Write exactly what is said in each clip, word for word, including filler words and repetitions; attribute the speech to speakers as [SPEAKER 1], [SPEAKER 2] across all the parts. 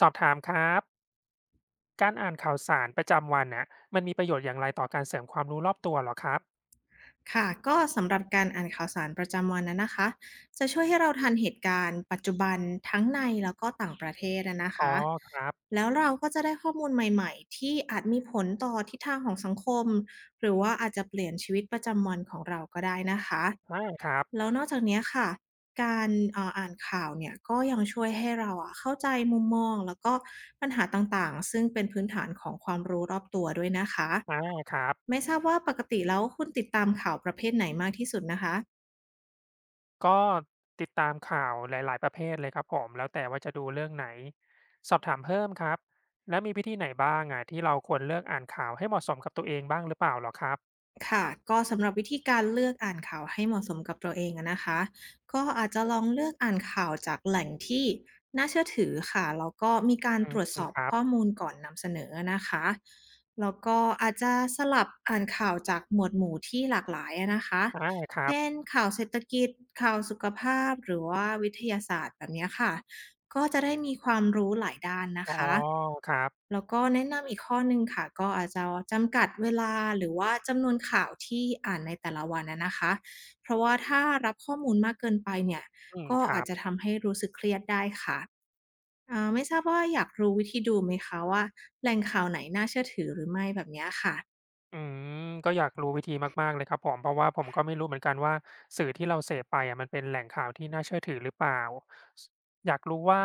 [SPEAKER 1] สอบถามครับการอ่านข่าวสารประจำวันน่ะมันมีประโยชน์อย่างไรต่อการเสริมความรู้รอบตัวเหรอครับ
[SPEAKER 2] ค่ะก็สำหรับการอ่านข่าวสารประจำวันนั้นนะคะ จะช่วยให้เราทันเหตุการณ์ปัจจุบันทั้งในแล้วก็ต่างประเทศอะนะ
[SPEAKER 1] อ๋อ
[SPEAKER 2] คะ
[SPEAKER 1] ครับ
[SPEAKER 2] แล้วเราก็จะได้ข้อมูลใหม่ๆที่อาจมีผลต่อทิศทางของสังคมหรือว่าอาจจะเปลี่ยนชีวิตประจำวันของเราก็ได้นะคะ
[SPEAKER 1] อาครับ
[SPEAKER 2] แล้วนอกจากเนี้ยค่ะการเอ่ออ่านข่าวเนี่ยก็ยังช่วยให้เราอะเข้าใจมุมมองแล้วก็ปัญหาต่างๆซึ่งเป็นพื้นฐานของความรู้รอบตัวด้วยนะคะ
[SPEAKER 1] อาครับ
[SPEAKER 2] ไม่ทราบว่าปกติแล้วคุณติดตามข่าวประเภทไหนมากที่สุดนะคะ
[SPEAKER 1] ก็ติดตามข่าวหลายๆประเภทเลยครับผมแล้วแต่ว่าจะดูเรื่องไหนสอบถามเพิ่มครับแล้วมีวิธีไหนบ้างอะที่เราควรเลือกอ่านข่าวให้เหมาะสมกับตัวเองบ้างหรือเปล่าเหรอครับ
[SPEAKER 2] ค่ะก็สำหรับวิธีการเลือกอ่านข่าวให้เหมาะสมกับตัวเองอะนะคะก็อาจจะลองเลือกอ่านข่าวจากแหล่งที่น่าเชื่อถือค่ะแล้วก็มีการ
[SPEAKER 1] อื
[SPEAKER 2] ตรวจส
[SPEAKER 1] ม
[SPEAKER 2] อบ
[SPEAKER 1] ครับ
[SPEAKER 2] ข้อมูลก่อนนำเสนอนะคะแล้วก็อาจจะสลับอ่านข่าวจากหมวดหมู่ที่หลากหลายอะนะคะ
[SPEAKER 1] อาครับ
[SPEAKER 2] เช่นข่าวเศรษฐกิจข่าวสุขภาพหรือว่าวิทยาศาสตร์แบบเนี้ยค่ะก็จะได้มีความรู้หลายด้านนะ
[SPEAKER 1] อ๋อ
[SPEAKER 2] คะ
[SPEAKER 1] ครับ
[SPEAKER 2] แล้วก็แนะนำอีกข้อหนึ่งค่ะก็อาจจะจำกัดเวลาหรือว่าจำนวนข่าวที่อ่านในแต่ละวันอะนะคะเพราะว่าถ้ารับข้อมูลมากเกินไปเนี่ย
[SPEAKER 1] อืม
[SPEAKER 2] ก็
[SPEAKER 1] ค
[SPEAKER 2] อา
[SPEAKER 1] รั
[SPEAKER 2] จ
[SPEAKER 1] บ
[SPEAKER 2] จะทำให้รู้สึกเครียดได้ค่ะอ่าไม่ทราบว่าอยากรู้วิธีดูไหมคะว่าแหล่งข่าวไหนน่าเชื่อถือหรือไม่แบบเนี้ยค่ะ
[SPEAKER 1] อืมก็อยากรู้วิธีมากๆเลยครับผมเพราะว่าผมก็ไม่รู้เหมือนกันว่าสื่อที่เราเสพไปอะมันเป็นแหล่งข่าวที่น่าเชื่อถือหรือเปล่าสอยากรู้ว่า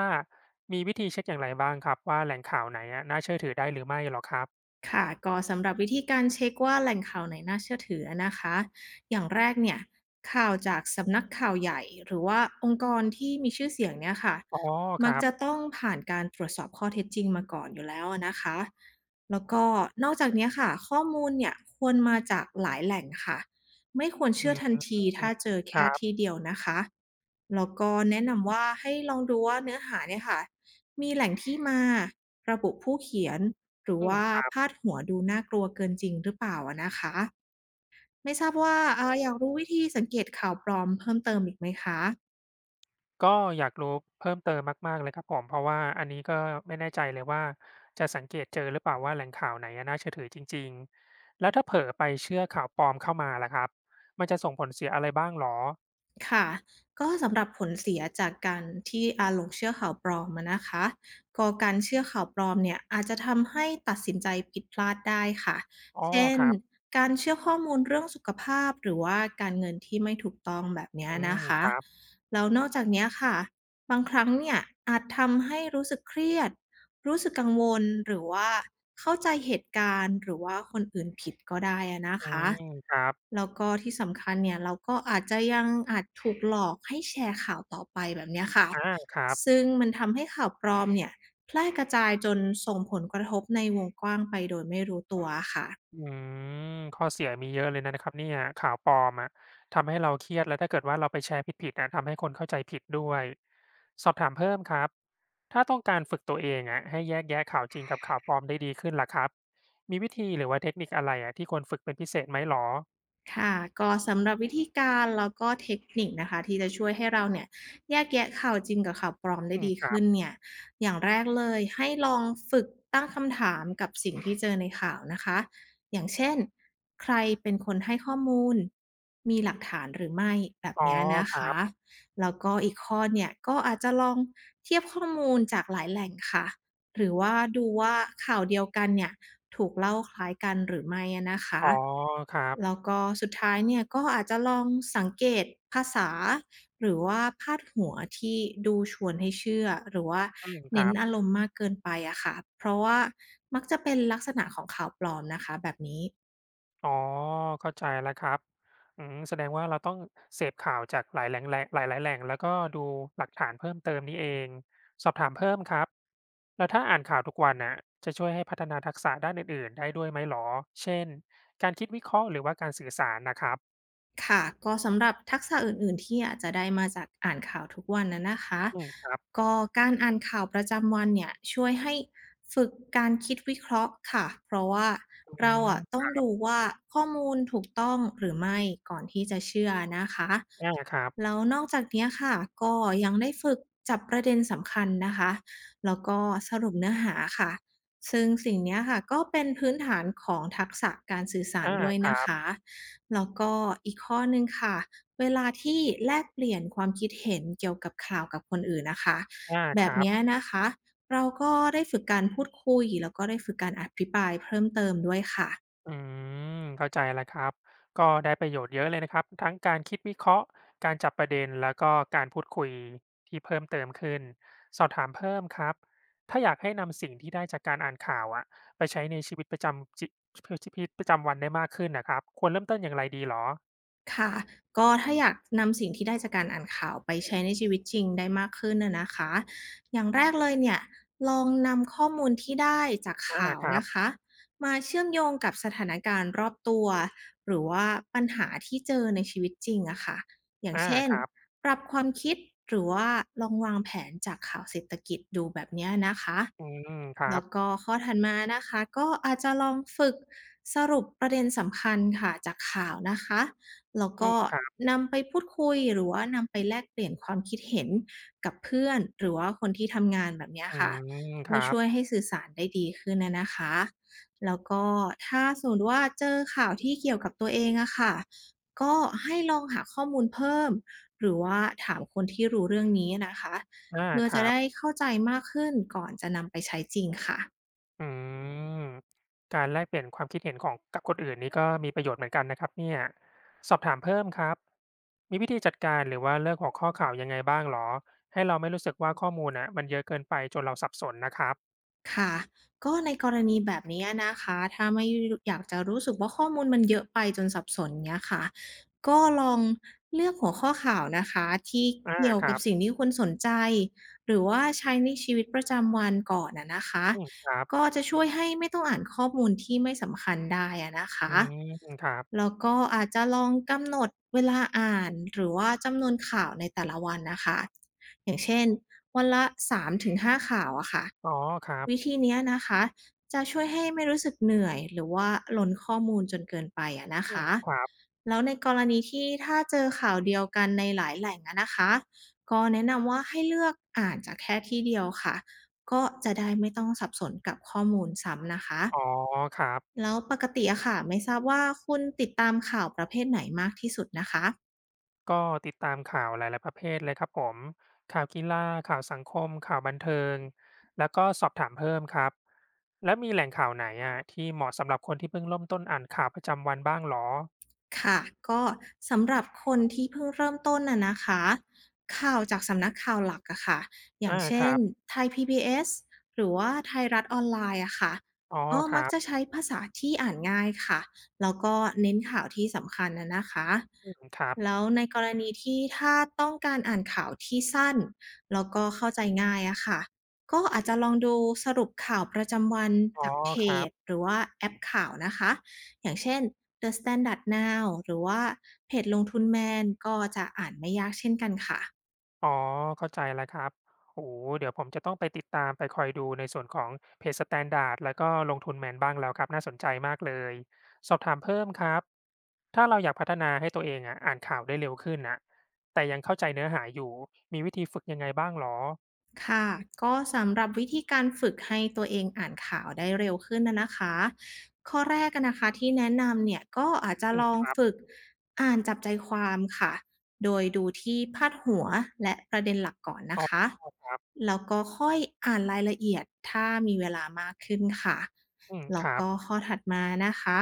[SPEAKER 1] มีวิธีเช็คอย่างไรบ้างครับว่าแหล่งข่าวไหนอะน่าเชื่อถือได้หรือไม่เหรอครับ
[SPEAKER 2] ค่ะก็สำหรับวิธีการเช็คว่าแหล่งข่าวไหนน่าเชื่อถือนะคะอย่างแรกเนี่ยข่าวจากสำนักข่าวใหญ่หรือว่าองค์กรที่มีชื่อเสียงเนี่ยค่ะ
[SPEAKER 1] อ๋อค
[SPEAKER 2] มัก
[SPEAKER 1] รั
[SPEAKER 2] จะ
[SPEAKER 1] บ
[SPEAKER 2] ต้องผ่านการตรวจสอบข้อเท็จจริงมาก่อนอยู่แล้วนะคะแล้วก็นอกจากเนี้ยค่ะข้อมูลเนี่ยควรมาจากหลายแหล่งค่ะไม่ควร
[SPEAKER 1] อื
[SPEAKER 2] เชื่อทัน
[SPEAKER 1] ม
[SPEAKER 2] ทีถ้าเจอ
[SPEAKER 1] ค
[SPEAKER 2] แค่
[SPEAKER 1] รั
[SPEAKER 2] ที่
[SPEAKER 1] บ
[SPEAKER 2] เดียวนะคะแล้วก็แนะนำว่าให้ลองดูว่าเนื้อหาเนี่ยค่ะมีแหล่งที่มาระบุผู้เขียน หรือ
[SPEAKER 1] อืม
[SPEAKER 2] ว่าพาดหัวดูน่ากลัวเกินจริงหรือเปล่าอะนะคะไม่ทราบว่าเอ่ออยากรู้วิธีสังเกตข่าวปลอมเพิ่มเติมอีกไหมคะ
[SPEAKER 1] ก็อยากรู้เพิ่มเติมมากๆเลยครับผมเพราะว่าอันนี้ก็ไม่แน่ใจเลยว่าจะสังเกตเจอหรือเปล่าว่าแหล่งข่าวไหนอะน่าเชื่อถือจริงๆแล้วถ้าเผลอไปเชื่อข่าวปลอมเข้ามาล่ะครับมันจะส่งผลเสียอะไรบ้างเหรอ
[SPEAKER 2] ค่ะก็สำหรับผลเสียจากการที่อ่าหลงเชื่อข่าวปลอมอะนะคะก็การเชื่อข่าวปลอมเนี่ยอาจจะทำให้ตัดสินใจผิดพลาดได้ค่ะ
[SPEAKER 1] อ้อ
[SPEAKER 2] เช่น
[SPEAKER 1] ครับ
[SPEAKER 2] การเชื่อข้อมูลเรื่องสุขภาพหรือว่าการเงินที่ไม่ถูกต้องแบบเนี้
[SPEAKER 1] อื
[SPEAKER 2] ย
[SPEAKER 1] ม
[SPEAKER 2] นะ
[SPEAKER 1] ค
[SPEAKER 2] คะ
[SPEAKER 1] รับ
[SPEAKER 2] แล้วนอกจากเนี้ยค่ะบางครั้งเนี่ยอาจทำให้รู้สึกเครียด รู้สึกกังวลหรือว่าเข้าใจเหตุการณ์หรือว่าคนอื่นผิดก็ได้อะนะ
[SPEAKER 1] อื
[SPEAKER 2] คะ
[SPEAKER 1] มครับ
[SPEAKER 2] แล้วก็ที่สำคัญเนี่ยเราก็อาจจะยังอาจถูกหลอกให้แชร์ข่าวต่อไปแบบเนี้ยค่ะ
[SPEAKER 1] อาครับ
[SPEAKER 2] ซึ่งมันทำให้ข่าวปลอมเนี่ยแพร่กระจายจนส่งผลกระทบในวงกว้างไปโดยไม่รู้ตัวค่ะ
[SPEAKER 1] อืมข้อเสียมีเยอะเลยนะนะครับเนี่ยข่าวปลอมอะทำให้เราเครียดแล้วถ้าเกิดว่าเราไปแชร์ผิดๆอะทำให้คนเข้าใจผิดด้วย สอบถามเพิ่มครับ ถ้าต้องการฝึกตัวเองอะให้แยกแยะข่าวจริงกับข่าวปลอมได้ดีขึ้นล่ะครับมีวิธีหรือว่าเทคนิคอะไรอะที่ควรฝึกเป็นพิเศษไหมเหรอ
[SPEAKER 2] ค่ะก็สำหรับวิธีการแล้วก็เทคนิคนะคะที่จะช่วยให้เราเนี่ยแยกแยะข่าวจริงกับข่าวปลอม
[SPEAKER 1] อื
[SPEAKER 2] ได้
[SPEAKER 1] ม
[SPEAKER 2] ดี
[SPEAKER 1] ครั
[SPEAKER 2] ขึ้
[SPEAKER 1] บ
[SPEAKER 2] นเนี่ยอย่างแรกเลยให้ลองฝึกตั้งคำถามกับสิ่งที่เจอในข่าวนะคะอย่างเช่นใครเป็นคนให้ข้อมูลมีหลักฐานหรือไม่แบบ
[SPEAKER 1] อ๋อ
[SPEAKER 2] เนี้ยนะ
[SPEAKER 1] ครั
[SPEAKER 2] คะ
[SPEAKER 1] บ
[SPEAKER 2] แล้วก็อีกข้อเนี่ยก็อาจจะลองเทียบข้อมูลจากหลายแหล่งค่ะ หรือว่าดูว่าข่าวเดียวกันเนี่ยถูกเล่าคล้ายกันหรือไม่อะนะคะ
[SPEAKER 1] อ๋อครั
[SPEAKER 2] แล้
[SPEAKER 1] บ
[SPEAKER 2] วก็สุดท้ายเนี่ยก็อาจจะลองสังเกตภาษาหรือว่าพาดหัวที่ดูชวนให้เชื่อหรือว่า
[SPEAKER 1] อืมค
[SPEAKER 2] เน้
[SPEAKER 1] รั
[SPEAKER 2] นอาร
[SPEAKER 1] บ
[SPEAKER 2] มณ์มากเกินไปอะค่ะเพราะว่ามักจะเป็นลักษณะของข่าวปลอมนะคะแบบนี้
[SPEAKER 1] อ๋อเข้าใจแล้วครับอืมแสดงว่าเราต้องเสพข่าวจากหลายแหล่งแหล่งหลายๆแหล่งแล้วก็ดูหลักฐานเพิ่มเติมนี่เองสอบถามเพิ่มครับแล้วถ้าอ่านข่าวทุกวันน่ะจะช่วยให้พัฒนาทักษะด้านอื่นๆได้ด้วยไหมหรอเช่นการคิดวิเคราะห์หรือว่าการสื่อสารน่ะครับ
[SPEAKER 2] ค่ะก็สำหรับทักษะอื่นๆที่อาจจะได้มาจากอ่านข่าวทุกวันนะนะคะ
[SPEAKER 1] อืมครับ
[SPEAKER 2] ก็การอ่านข่าวประจำวันเนี่ยช่วยให้ฝึกการคิดวิเคราะห์ค่ะเพราะว่า
[SPEAKER 1] อื
[SPEAKER 2] เราอะต้
[SPEAKER 1] ม
[SPEAKER 2] องดูว่าข้อมูลถูกต้องหรือไม่ก่อนที่จะเชื่อนะคะ
[SPEAKER 1] อาครับ
[SPEAKER 2] แล้วนอกจากเนี้ยค่ะก็ยังได้ฝึกจับประเด็นสำคัญนะคะแล้วก็สรุปเนื้อหาค่ะซึ่งสิ่งเนี้ยค่ะก็เป็นพื้นฐานของทักษะการสื่อสาร
[SPEAKER 1] อา
[SPEAKER 2] ด้วย
[SPEAKER 1] ครั
[SPEAKER 2] นะ
[SPEAKER 1] บ
[SPEAKER 2] คะ แล้วก็อีกข้อหนึ่งค่ะเวลาที่แลกเปลี่ยนความคิดเห็นเกี่ยวกับข่าวกับคนอื่นนะคะ
[SPEAKER 1] อา
[SPEAKER 2] แบ
[SPEAKER 1] ค
[SPEAKER 2] บ
[SPEAKER 1] รับ
[SPEAKER 2] เนี้ยนะคะเราก็ได้ฝึกการพูดคุยแล้วก็ได้ฝึกการอภิปรายเพิ่มเติมด้วยค่ะ
[SPEAKER 1] อืมเข้าใจแล้วครับก็ได้ประโยชน์เยอะเลยนะครับทั้งการคิดวิเคราะห์การจับประเด็นแล้วก็การพูดคุยที่เพิ่มเติมขึ้นสอบถามเพิ่มครับถ้าอยากให้นำสิ่งที่ได้จากการอ่านข่าวอะไปใช้ในชีวิตประจำจิชีวิตประจำวันได้มากขึ้นนะครับควรเริ่มต้นอย่างไรดีเหรอ
[SPEAKER 2] ค่ะก็ถ้าอยากนำสิ่งที่ได้จากการอ่านข่าวไปใช้ในชีวิตจริงได้มากขึ้นอะนะคะอย่างแรกเลยเนี่ยลองนำข้อมูลที่ได้จาก
[SPEAKER 1] อา
[SPEAKER 2] ข่าว
[SPEAKER 1] ครับ
[SPEAKER 2] นะคะมาเชื่อมโยงกับสถานการณ์รอบตัว หรือว่าปัญหาที่เจอในชีวิตจริงอะค่ะอย่าง
[SPEAKER 1] อา
[SPEAKER 2] เช่น
[SPEAKER 1] ครับ
[SPEAKER 2] ปรับความคิด หรือว่าลองวางแผนจากข่าวเศรษฐกิจดูแบบเนี้ยนะคะ
[SPEAKER 1] อืมครั
[SPEAKER 2] แล้ว
[SPEAKER 1] บ
[SPEAKER 2] ก็ข้อถัดมานะคะก็อาจจะลองฝึกสรุปประเด็นสำคัญค่ะจากข่าวนะคะ แล้ว
[SPEAKER 1] อื
[SPEAKER 2] ก็
[SPEAKER 1] มครับ
[SPEAKER 2] นำไปพูดคุยหรือว่านำไปแลกเปลี่ยนความคิดเห็นกับเพื่อนหรือว่าคนที่ทำงานแบบเนี้ย
[SPEAKER 1] อื
[SPEAKER 2] ค่ะ
[SPEAKER 1] มค
[SPEAKER 2] เพื่อ
[SPEAKER 1] รับ
[SPEAKER 2] ช่วยให้สื่อสารได้ดีขึ้นนะนะคะแล้วก็ถ้าสมมติว่าเจอข่าวที่เกี่ยวกับตัวเองอะค่ะก็ให้ลองหาข้อมูลเพิ่มหรือว่าถามคนที่รู้เรื่องนี้นะคะ
[SPEAKER 1] อา
[SPEAKER 2] เพื่อ
[SPEAKER 1] ค
[SPEAKER 2] จะ
[SPEAKER 1] รับ
[SPEAKER 2] ได้เข้าใจมากขึ้นก่อนจะนำไปใช้จริงค่ะ
[SPEAKER 1] อืมการแลกเปลี่ยนความคิดเห็นของกับคนอื่นนี่ก็มีประโยชน์เหมือนกันนะครับเนี่ยสอบถามเพิ่มครับมีวิธีจัดการหรือว่าเลือกหัวข้อข่าวยังไงบ้างเหรอให้เราไม่รู้สึกว่าข้อมูลอ่ะมันเยอะเกินไปจนเราสับสนนะครับ
[SPEAKER 2] ค่ะ ก็ในกรณีแบบนี้นะคะ ถ้าไม่อยากจะรู้สึกว่าข้อมูลมันเยอะไปจนสับสนเนี้ยค่ะ ก็ลองเลือกหัวข้อข่าวนะคะที่
[SPEAKER 1] อา
[SPEAKER 2] เกี่ยว
[SPEAKER 1] ค
[SPEAKER 2] กั
[SPEAKER 1] รั
[SPEAKER 2] บ
[SPEAKER 1] บ
[SPEAKER 2] สิ่งที่คุณสนใจหรือว่าใช้ในชีวิตประจำวันก่อนอะนะคะ
[SPEAKER 1] อืมครับ
[SPEAKER 2] ก็จะช่วยให้ไม่ต้องอ่านข้อมูลที่ไม่สำคัญได้อะนะ
[SPEAKER 1] อื
[SPEAKER 2] คะ
[SPEAKER 1] มครับ
[SPEAKER 2] แล้วก็อาจจะลองกำหนดเวลาอ่านหรือว่าจำนวนข่าวในแต่ละวันนะคะอย่างเช่นวันละสามถึงห้าข่าวอะค่ะ
[SPEAKER 1] อ๋อครับ
[SPEAKER 2] วิธีเนี้ยนะคะจะช่วยให้ไม่รู้สึกเหนื่อยหรือว่าล้นข้อมูลจนเกินไปอะนะ
[SPEAKER 1] อืม
[SPEAKER 2] คะ
[SPEAKER 1] ครับ
[SPEAKER 2] แล้วในกรณีที่ถ้าเจอข่าวเดียวกันในหลายแหล่งอะนะคะก็แนะนำว่าให้เลือกอ่านจากแค่ที่เดียวค่ะก็จะได้ไม่ต้องสับสนกับข้อมูลซ้ำนะคะ
[SPEAKER 1] อ๋อครับ
[SPEAKER 2] แล้วปกติอะค่ะไม่ทราบว่าคุณติดตามข่าวประเภทไหนมากที่สุดนะคะ
[SPEAKER 1] ก็ติดตามข่าวหลายๆประเภทเลยครับผมข่าวกีฬาข่าวสังคมข่าวบันเทิงแล้วก็สอบถามเพิ่มครับแล้วมีแหล่งข่าวไหนอะที่เหมาะสำหรับคนที่เพิ่งเริ่มต้นอ่านข่าวประจำวันบ้างเหรอ
[SPEAKER 2] ค่ะก็สำหรับคนที่เพิ่งเริ่มต้นน่ะนะคะข่าวจากสำนักข่าวหลักอะค่ะอย่า
[SPEAKER 1] อา
[SPEAKER 2] ง
[SPEAKER 1] ค
[SPEAKER 2] เช่น
[SPEAKER 1] รับ
[SPEAKER 2] ไทย พี บี เอส หรือว่าไทยรัฐออนไลน์อะค่ะ
[SPEAKER 1] อ๋อ
[SPEAKER 2] ก็
[SPEAKER 1] ค
[SPEAKER 2] มั
[SPEAKER 1] รั
[SPEAKER 2] กจะ
[SPEAKER 1] บ
[SPEAKER 2] ใช้ภาษาที่อ่านง่ายค่ะแล้วก็เน้นข่าวที่สำคัญน่ะนะคะ
[SPEAKER 1] อืมครับ
[SPEAKER 2] แล้วในกรณีที่ถ้าต้องการอ่านข่าวที่สั้นแล้วก็เข้าใจง่ายอะค่ะก็อาจจะลองดูสรุปข่าวประจำวัน
[SPEAKER 1] อ๋อ
[SPEAKER 2] จากเพ
[SPEAKER 1] ครับ
[SPEAKER 2] จหรือว่าแอปข่าวนะคะอย่างเช่น The Standard Now หรือว่าเพจลงทุนแมนก็จะอ่านไม่ยากเช่นกันค่ะ
[SPEAKER 1] อ๋อเข้าใจแล้วครับโอ้โฮเดี๋ยวผมจะต้องไปติดตามไปคอยดูในส่วนของเพจ Standard แล้วก็ลงทุนแมนบ้างแล้วครับน่าสนใจมากเลยสอบถามเพิ่มครับถ้าเราอยากพัฒนาให้ตัวเองอะอ่านข่าวได้เร็วขึ้นน่ะแต่ยังเข้าใจเนื้อหาอยู่มีวิธีฝึกยังไงบ้างเหรอ
[SPEAKER 2] ค่ะก็สำหรับวิธีการฝึกให้ตัวเองอ่านข่าวได้เร็วขึ้นนะนะคะข้อแรกอะนะคะที่แนะนำเนี่ยก็อาจจะ
[SPEAKER 1] อื
[SPEAKER 2] ล
[SPEAKER 1] ม
[SPEAKER 2] อ
[SPEAKER 1] ค
[SPEAKER 2] ง
[SPEAKER 1] รับ
[SPEAKER 2] ฝึกอ่านจับใจความค่ะโดยดูที่พาดหัวและประเด็นหลักก่อนนะ
[SPEAKER 1] อ๋
[SPEAKER 2] คะ
[SPEAKER 1] อ
[SPEAKER 2] แล้วก็ค่อยอ่านรายละเอียดถ้ามีเวลามากขึ้นค่ะ
[SPEAKER 1] อืม
[SPEAKER 2] แล้
[SPEAKER 1] ค
[SPEAKER 2] ว
[SPEAKER 1] รับ
[SPEAKER 2] ก็ข้อถัดมานะคะ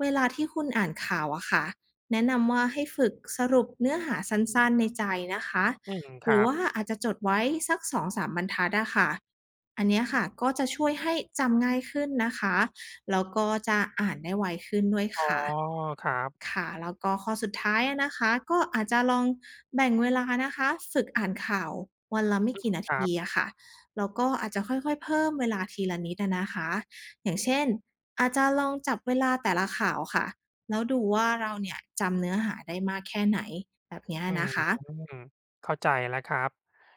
[SPEAKER 2] เวลาที่คุณอ่านข่าวอะค่ะแนะนำว่าให้ฝึกสรุปเนื้อหาสั้นๆในใจนะคะ
[SPEAKER 1] อืมค
[SPEAKER 2] หรื
[SPEAKER 1] รั
[SPEAKER 2] อ
[SPEAKER 1] บ
[SPEAKER 2] ว่าอาจจะจดไว้สักสองถึงสามบรรทัดอะค่ะอันเนี้ยค่ะก็จะช่วยให้จำง่ายขึ้นนะคะแล้วก็จะอ่านได้ไวขึ้นด้วย
[SPEAKER 1] อ๋อ
[SPEAKER 2] ค่ะ
[SPEAKER 1] ครับ
[SPEAKER 2] ค่ะแล้วก็ข้อสุดท้ายอะนะคะก็อาจจะลองแบ่งเวลานะคะฝึกอ่านข่าววันละไม่กี่นา
[SPEAKER 1] ครั
[SPEAKER 2] ที
[SPEAKER 1] บ
[SPEAKER 2] อะค่ะแล้วก็อาจจะค่อยๆเพิ่มเวลาทีละนิดอะนะคะอย่างเช่นอาจจะลองจับเวลาแต่ละข่าวค่ะแล้วดูว่าเราเนี่ยจำเนื้อหาได้มากแค่ไหนแบบเนี้ย
[SPEAKER 1] อื
[SPEAKER 2] นะคะ
[SPEAKER 1] มเข้าใจแล้วครับ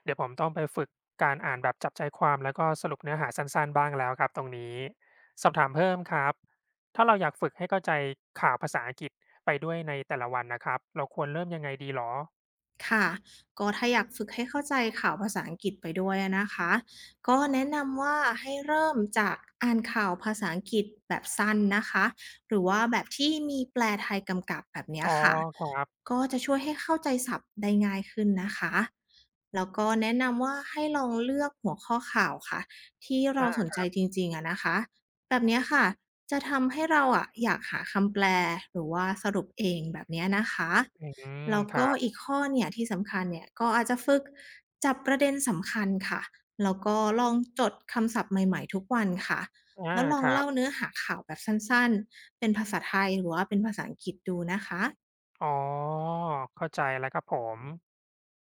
[SPEAKER 1] เดี๋ยวผมต้องไปฝึกการอ่านแบบจับใจความแล้วก็สรุปเนื้อหาสั้นๆบ้างแล้วครับตรงนี้สอบถามเพิ่มครับถ้าเราอยากฝึกให้เข้าใจข่าวภาษาอังกฤษไปด้วยในแต่ละวันนะครับ เราควรเริ่มยังไงดีหรอ
[SPEAKER 2] ค่ะก็ถ้าอยากฝึกให้เข้าใจข่าวภาษาอังกฤษไปด้วยอะนะคะก็แนะนำว่าให้เริ่มจากอ่านข่าวภาษาอังกฤษแบบสั้นนะคะหรือว่าแบบที่มีแปลไทยกำกับแบบเนี้ย
[SPEAKER 1] อ๋อ
[SPEAKER 2] ค่ะ
[SPEAKER 1] ครับ
[SPEAKER 2] ก็จะช่วยให้เข้าใจศัพท์ได้ง่ายขึ้นนะคะแล้วก็แนะนำว่าให้ลองเลือกหัวข้อข่าวค่ะที่เราสน
[SPEAKER 1] อา
[SPEAKER 2] ใจจริงๆอะนะคะแบบเนี้ยค่ะ จะทำให้เราอะอยากหาคำแปลหรือว่าสรุปเองแบบเนี้ยนะคะ
[SPEAKER 1] อืม
[SPEAKER 2] แล้ว
[SPEAKER 1] ครั
[SPEAKER 2] ก็
[SPEAKER 1] บ
[SPEAKER 2] อีกข้อเนี่ยที่สำคัญเนี่ยก็อาจจะฝึกจับประเด็นสำคัญค่ะแล้วก็ลองจดคำศัพท์ใหม่ๆทุกวันค่ะ
[SPEAKER 1] อา
[SPEAKER 2] แล้วลอ
[SPEAKER 1] ค
[SPEAKER 2] ง
[SPEAKER 1] รั
[SPEAKER 2] เล่า
[SPEAKER 1] บ
[SPEAKER 2] เนื้อหาข่าวแบบสั้นๆเป็นภาษาไทยหรือว่าเป็นภาษาอังกฤษดูนะคะ
[SPEAKER 1] อ๋อเข้าใจแล้วครับผม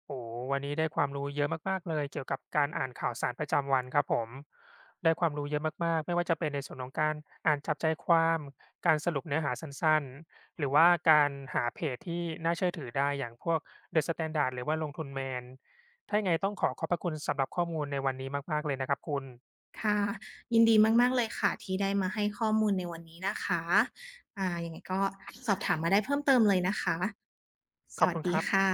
[SPEAKER 1] โอ้โฮวันนี้ได้ความรู้เยอะมากๆเลยเกี่ยวกับการอ่านข่าวสารประจำวันครับผมได้ความรู้เยอะมากๆไม่ว่าจะเป็นในส่วนของการอ่านจับใจความการสรุปเนื้อหาสั้นๆหรือว่าการหาเพจที่น่าเชื่อถือได้อย่างพวก เดอะ สแตนดาร์ด หรือว่าลงทุนแมนถ้ายังไงต้องขอขอบพระคุณสำหรับข้อมูลในวันนี้มากๆเลยนะครับคุณ
[SPEAKER 2] ค่ะยินดีมากๆเลยค่ะที่ได้มาให้ข้อมูลในวันนี้นะคะอ่ายังไงก็สอบถามมาได้เพิ่มเติมเลยนะคะส
[SPEAKER 1] ขอบ
[SPEAKER 2] วัส
[SPEAKER 1] คุณค
[SPEAKER 2] ดี
[SPEAKER 1] รับ
[SPEAKER 2] ค่ะ